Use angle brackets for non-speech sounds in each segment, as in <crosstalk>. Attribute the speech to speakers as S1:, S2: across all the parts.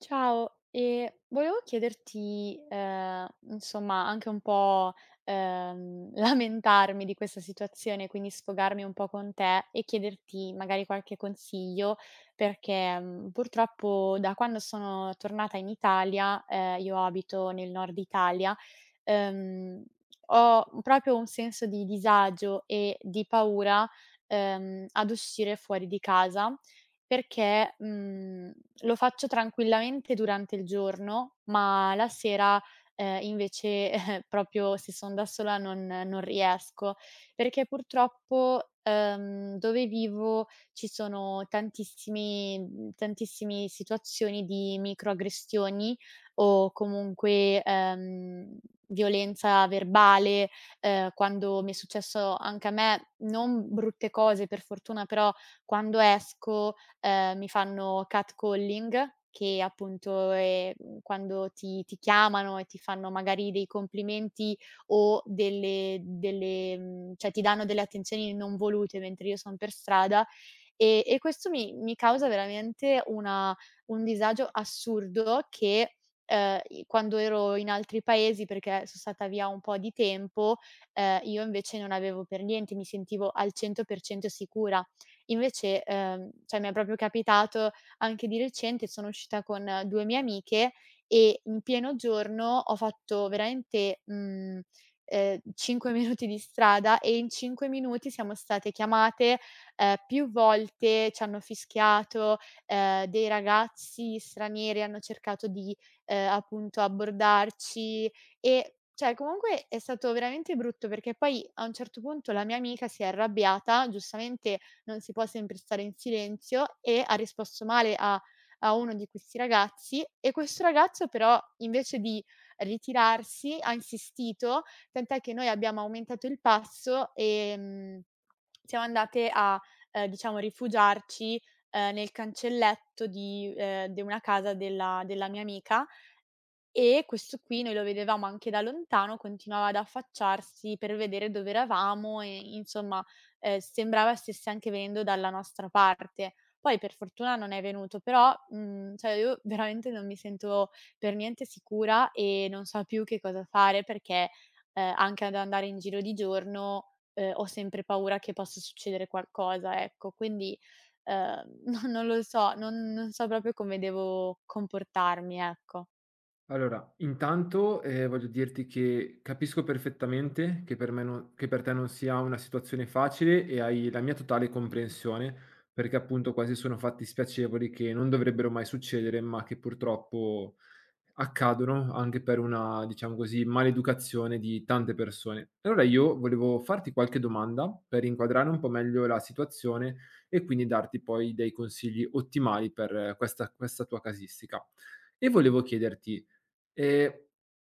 S1: Ciao, e volevo chiederti, insomma, anche un po', <laughs> lamentarmi di questa situazione, quindi sfogarmi un po' con te e chiederti magari qualche consiglio, perché, purtroppo da quando sono tornata in Italia, io abito nel nord Italia, ehm, ho proprio un senso di disagio e di paura, ad uscire fuori di casa perché, mhmm lo faccio tranquillamente durante il giorno, ma la sera, invece <laughs> proprio se son da sola non riesco, perché purtroppo, dove vivo ci sono tantissimi tantissimi situazioni di microaggressioni o comunque, violenza verbale, quando mi è successo anche a me, non brutte cose per fortuna, però quando esco, mi fanno catcalling, che appunto è, quando ti chiamano e ti fanno magari dei complimenti o delle cioè ti danno delle attenzioni non volute mentre io son per strada, e questo mi causa veramente una un disagio assurdo che, i quando ero in altri paesi, perché so stata via un po' di tempo, io invece non avevo per niente, mi sentivo al 100% sicura. Invece, cioè mi è proprio capitato anche di recente, sono uscita con 2 mie amiche e in pieno giorno ho fatto veramente, 5 <laughs> minuti di strada e in 5 minuti siamo state chiamate, più volte, ci hanno fischiato, dei ragazzi stranieri hanno cercato di, appunto abbordarci e cioè comunque è stato veramente brutto perché poi a un certo punto la mia amica si è arrabbiata, giustamente non si può sempre stare in silenzio" e ha risposto male a a uno di questi ragazzi e questo ragazzo però invece di ritirarsi ha insistito, tant'è che noi abbiamo aumentato il passo, siamo andate a, diciamo rifugiarci, nel cancelletto di de una casa della mia amica e questo qui noi lo vedevamo anche da lontano, continuava ad affacciarsi per vedere dove eravamo e insomma, sembrava stesse anche venendo dalla nostra parte. Poi per fortuna non è venuto, però, cioè io veramente non mi sento per niente sicura e non so più che cosa fare perché, anche ad andare in giro di giorno, ho sempre paura che possa succedere qualcosa, ecco. Quindi, no <laughs> non lo so, non so proprio come devo comportarmi, ecco.
S2: Allora, intanto, voglio dirti che capisco perfettamente che per me non che per te non sia una situazione facile e hai la mia totale comprensione, perché appunto quasi sono fatti spiacevoli che non dovrebbero mai succedere, ma che purtroppo accadono anche per una, diciamo così, maleducazione di tante persone. Allora io volevo farti qualche domanda per inquadrare un po' meglio la situazione e quindi darti poi dei consigli ottimali per questa tua casistica. E volevo chiederti. Ehm,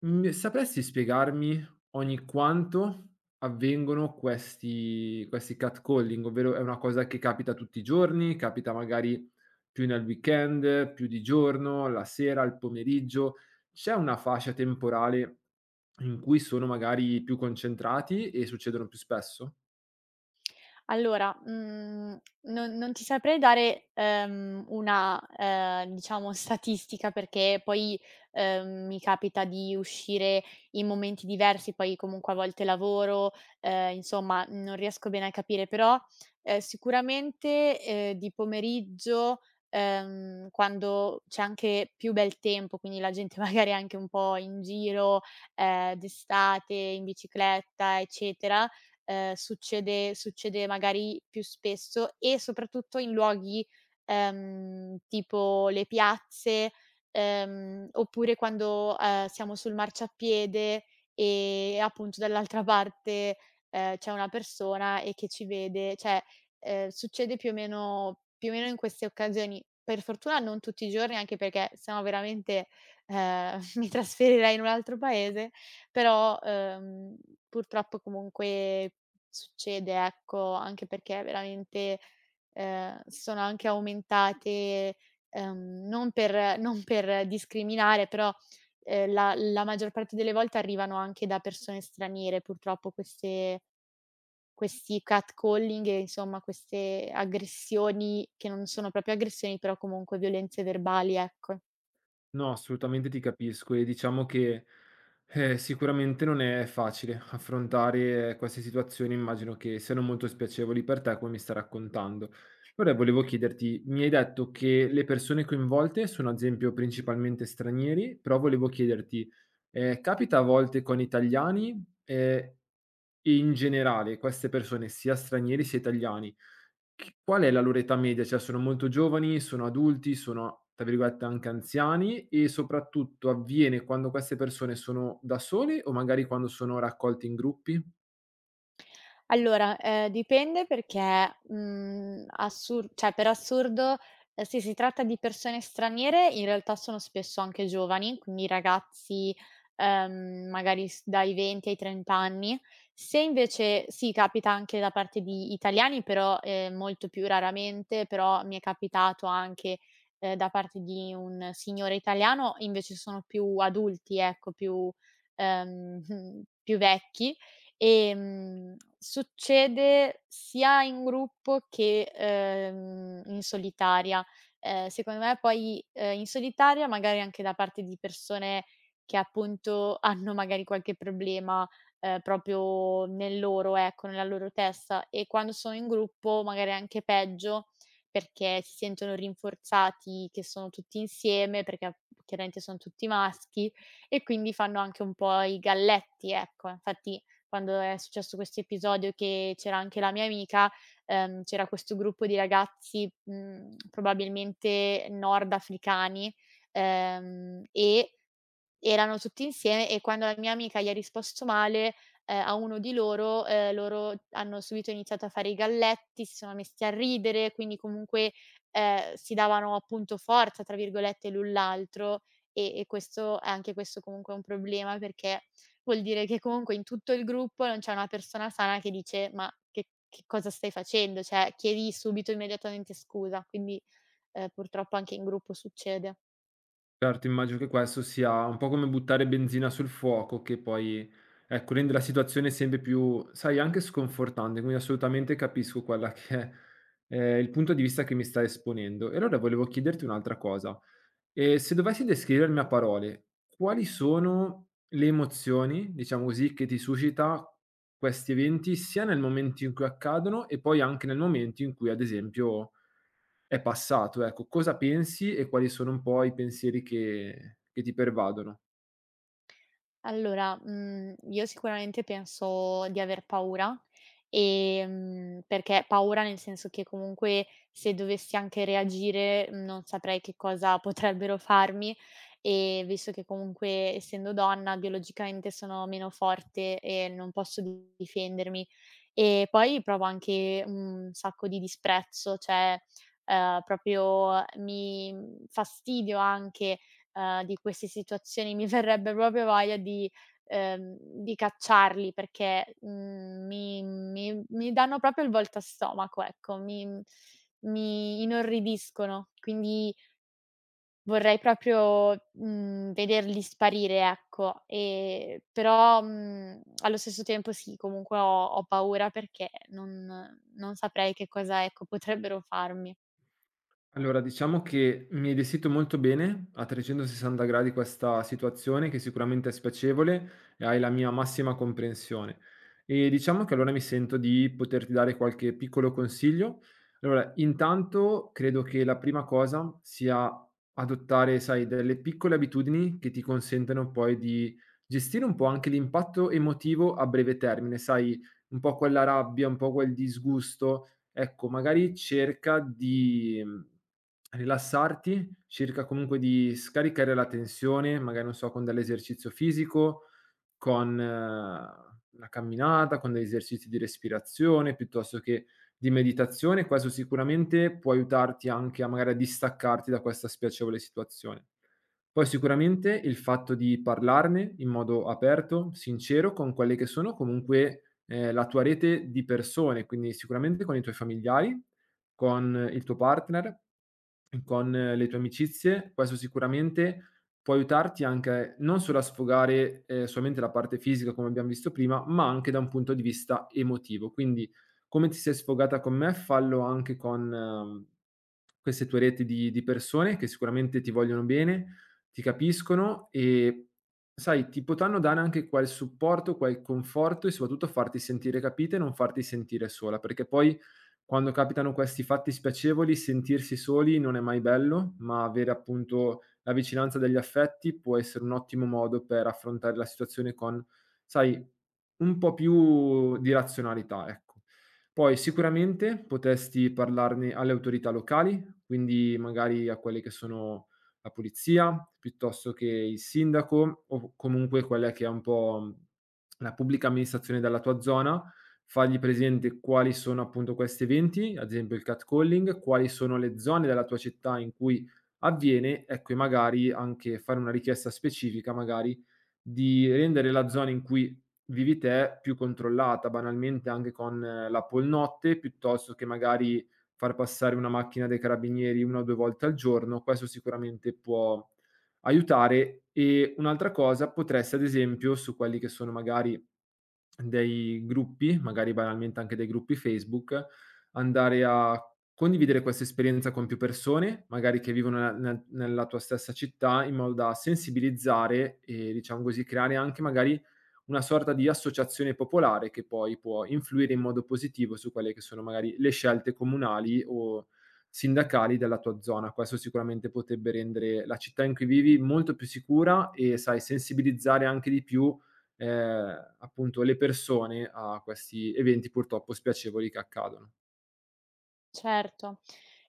S2: sapresti spiegarmi ogni quanto avvengono questi catcalling? Ovvero è una cosa che capita tutti i giorni, capita magari più nel weekend, più di giorno, la sera, il pomeriggio? C'è una fascia temporale in cui sono magari più concentrati e succedono più spesso?
S1: Allora, non ti saprei dare, una, diciamo statistica perché poi, mi capita di uscire in momenti diversi, poi comunque a volte lavoro, insomma non riesco bene a capire, però, sicuramente, di pomeriggio, quando c'è anche più bel tempo, quindi la gente <laughs> magari è anche un po' in giro, d'estate, in bicicletta, eccetera, succede magari più spesso e soprattutto in luoghi, tipo le piazze, oppure quando, siamo sul marciapiede e appunto dall'altra parte, c'è una persona e che ci vede, cioè, succede più o meno in queste occasioni. Per fortuna non tutti i giorni, anche perché se no veramente, ehm, <laughs> mi trasferirei in un altro paese. Però, purtroppo comunque succede, ecco, anche perché veramente, sono anche aumentate, non per discriminare, però, la maggior parte delle volte arrivano anche da persone straniere purtroppo queste questi catcalling e insomma queste aggressioni, che non sono proprio aggressioni, però comunque violenze verbali, ecco.
S2: No, assolutamente ti capisco e diciamo che, sicuramente non è facile affrontare queste situazioni, immagino che siano molto spiacevoli per te, come mi stai raccontando. Ora volevo chiederti, mi hai detto che le persone coinvolte sono ad esempio principalmente stranieri, però volevo chiederti, capita a volte con italiani, e in generale queste persone, sia stranieri sia italiani chi qual è la loro età media? Cioè sono molto giovani, sono adulti, sono tra virgolette anche anziani e soprattutto avviene quando queste persone sono da sole o magari quando sono raccolti in gruppi?
S1: Allora, dipende perché, assur cioè per assurdo, se si tratta di persone straniere in realtà sono spesso anche giovani, quindi ragazzi, magari s dai 20 ai 30 anni. Se invece sì, capita anche da parte di italiani, però, molto più raramente, però mi è capitato anche, da parte di un signore italiano, invece sono più adulti, ecco, più, <laughs> mhmm, più vecchi. Succede sia in gruppo che, in solitaria. Secondo me poi, in solitaria magari anche da parte di persone che appunto <laughs> hanno magari qualche problema, proprio nel loro ecco, nella loro testa e quando sono in gruppo magari è anche peggio perché si sentono rinforzati che sono tutti insieme, perché a chiaramente sono tutti maschi e quindi fanno anche un po' i galletti, ecco. Infatti quando è successo questo episodio che c'era anche la mia amica, c'era questo gruppo di ragazzi, probabilmente nordafricani, ehm, e erano tutti insieme e quando la mia amica gli ha risposto male, a uno di loro, loro hanno subito iniziato a fare i galletti, si sono messi a ridere, quindi comunque, si davano appunto "forza" tra virgolette l'un l'altro e questo anche questo comunque è un problema, perché vuol dire che comunque in tutto il gruppo non c'è una persona sana che dice: "Ma che cosa stai facendo?" Cioè, chiedi subito immediatamente scusa, quindi, purtroppo anche in gruppo succede.
S2: Certo, immagino che questo sia un po' come buttare benzina sul fuoco che poi, ecco, rende la situazione sempre più, sai, anche sconfortante, quindi assolutamente capisco quella che è, il punto di vista che mi stai esponendo. E allora volevo chiederti un'altra cosa. E se dovessi descrivermi a parole, quali sono le emozioni, diciamo così, che ti suscita questi eventi, sia nel momento in cui accadono e poi anche nel momento in cui, ad esempio, è passato? Ecco, cosa pensi e quali sono un po' i pensieri che ti pervadono?
S1: Allora, io sicuramente penso di aver paura, perché paura nel senso che comunque se dovessi anche reagire, non saprei che cosa potrebbero farmi e visto che comunque essendo donna biologicamente sono meno forte e non posso difendermi. E poi provo anche un sacco di disprezzo, cioè, proprio mi fastidio anche di queste situazioni mi verrebbe proprio voglia di cacciarli perché, mi danno proprio il volto a stomaco, ecco, mi inorridiscono. Quindi vorrei proprio, vederli sparire, ecco. Però, allo stesso tempo sì, comunque ho paura perché non saprei che cosa, ecco, potrebbero farmi.
S2: Allora, diciamo che mi hai descritto molto bene a 360 gradi questa situazione che sicuramente è spiacevole e hai la mia massima comprensione. E diciamo che allora mi sento di poterti dare qualche piccolo consiglio. Allora, intanto credo che la prima cosa sia adottare, sai, delle piccole abitudini che ti consentano poi di gestire un po' anche l'impatto emotivo a breve termine, sai, un po' quella rabbia, un po' quel disgusto. Ecco, magari cerca di, rilassarti, cerca comunque di scaricare la tensione, magari non so, con dell'esercizio fisico, con una camminata, con degli esercizi di respirazione piuttosto che di meditazione, questo sicuramente può aiutarti anche a magari a distaccarti da questa spiacevole situazione. Poi sicuramente il fatto di parlarne in modo aperto, sincero, con quelle che sono comunque, la tua rete di persone, quindi sicuramente con i tuoi familiari, con il tuo partner, con le tue amicizie, questo sicuramente può aiutarti anche non solo a sfogare, solamente la parte fisica come abbiam visto prima, ma anche da un punto di vista emotivo. Quindi, come ti sei sfogata con me, fallo anche con queste tue reti di persone che sicuramente ti vogliono bene, ti capiscono e, sai, ti potranno dare anche quel supporto, quel conforto e soprattutto farti sentire capita e non farti sentire sola, perché poi quando capitano questi fatti spiacevoli sentirsi soli non è mai bello, ma avere appunto la vicinanza degli affetti può essere un ottimo modo per affrontare la situazione con, sai, un po' più di razionalità, ecco. Poi sicuramente potresti parlarne alle autorità locali, quindi magari a quelle che sono la polizia, piuttosto che il sindaco o comunque quella che è un po', la pubblica amministrazione della tua zona, fargli presente quali sono appunto questi eventi, ad esempio il catcalling, quali sono le zone della tua città in cui avviene, ecco, e magari anche fare una richiesta specifica, magari, di rendere la zona in cui vivi te più controllata, banalmente anche con la polnotte, piuttosto che magari far passare una macchina dei carabinieri 1 o 2 volte al giorno, questo sicuramente può aiutare. E un'altra cosa potreste, ad esempio, su quelli che sono magari dei gruppi, magari banalmente anche dei gruppi Facebook, andare a condividere questa esperienza con più persone, magari che vivono ne nella tua stessa città, in modo da sensibilizzare e, diciamo così, creare anche magari una sorta di associazione popolare che poi può influire in modo positivo su quelle che sono magari le scelte comunali o sindacali della tua zona. Questo sicuramente potrebbe rendere la città in cui vivi molto più sicura e, sai, sensibilizzare anche di più appunto le persone a questi eventi purtroppo spiacevoli che accadono.
S1: Certo.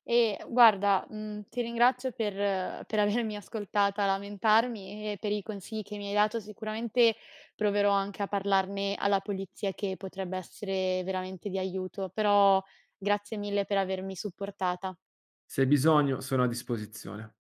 S1: E guarda, ti ringrazio per avermi ascoltata lamentarmi e per i consigli che mi hai dato. Sicuramente proverò anche a parlarne alla polizia che potrebbe essere veramente di aiuto, però grazie mille per avermi supportata.
S2: Se hai bisogno sono a disposizione.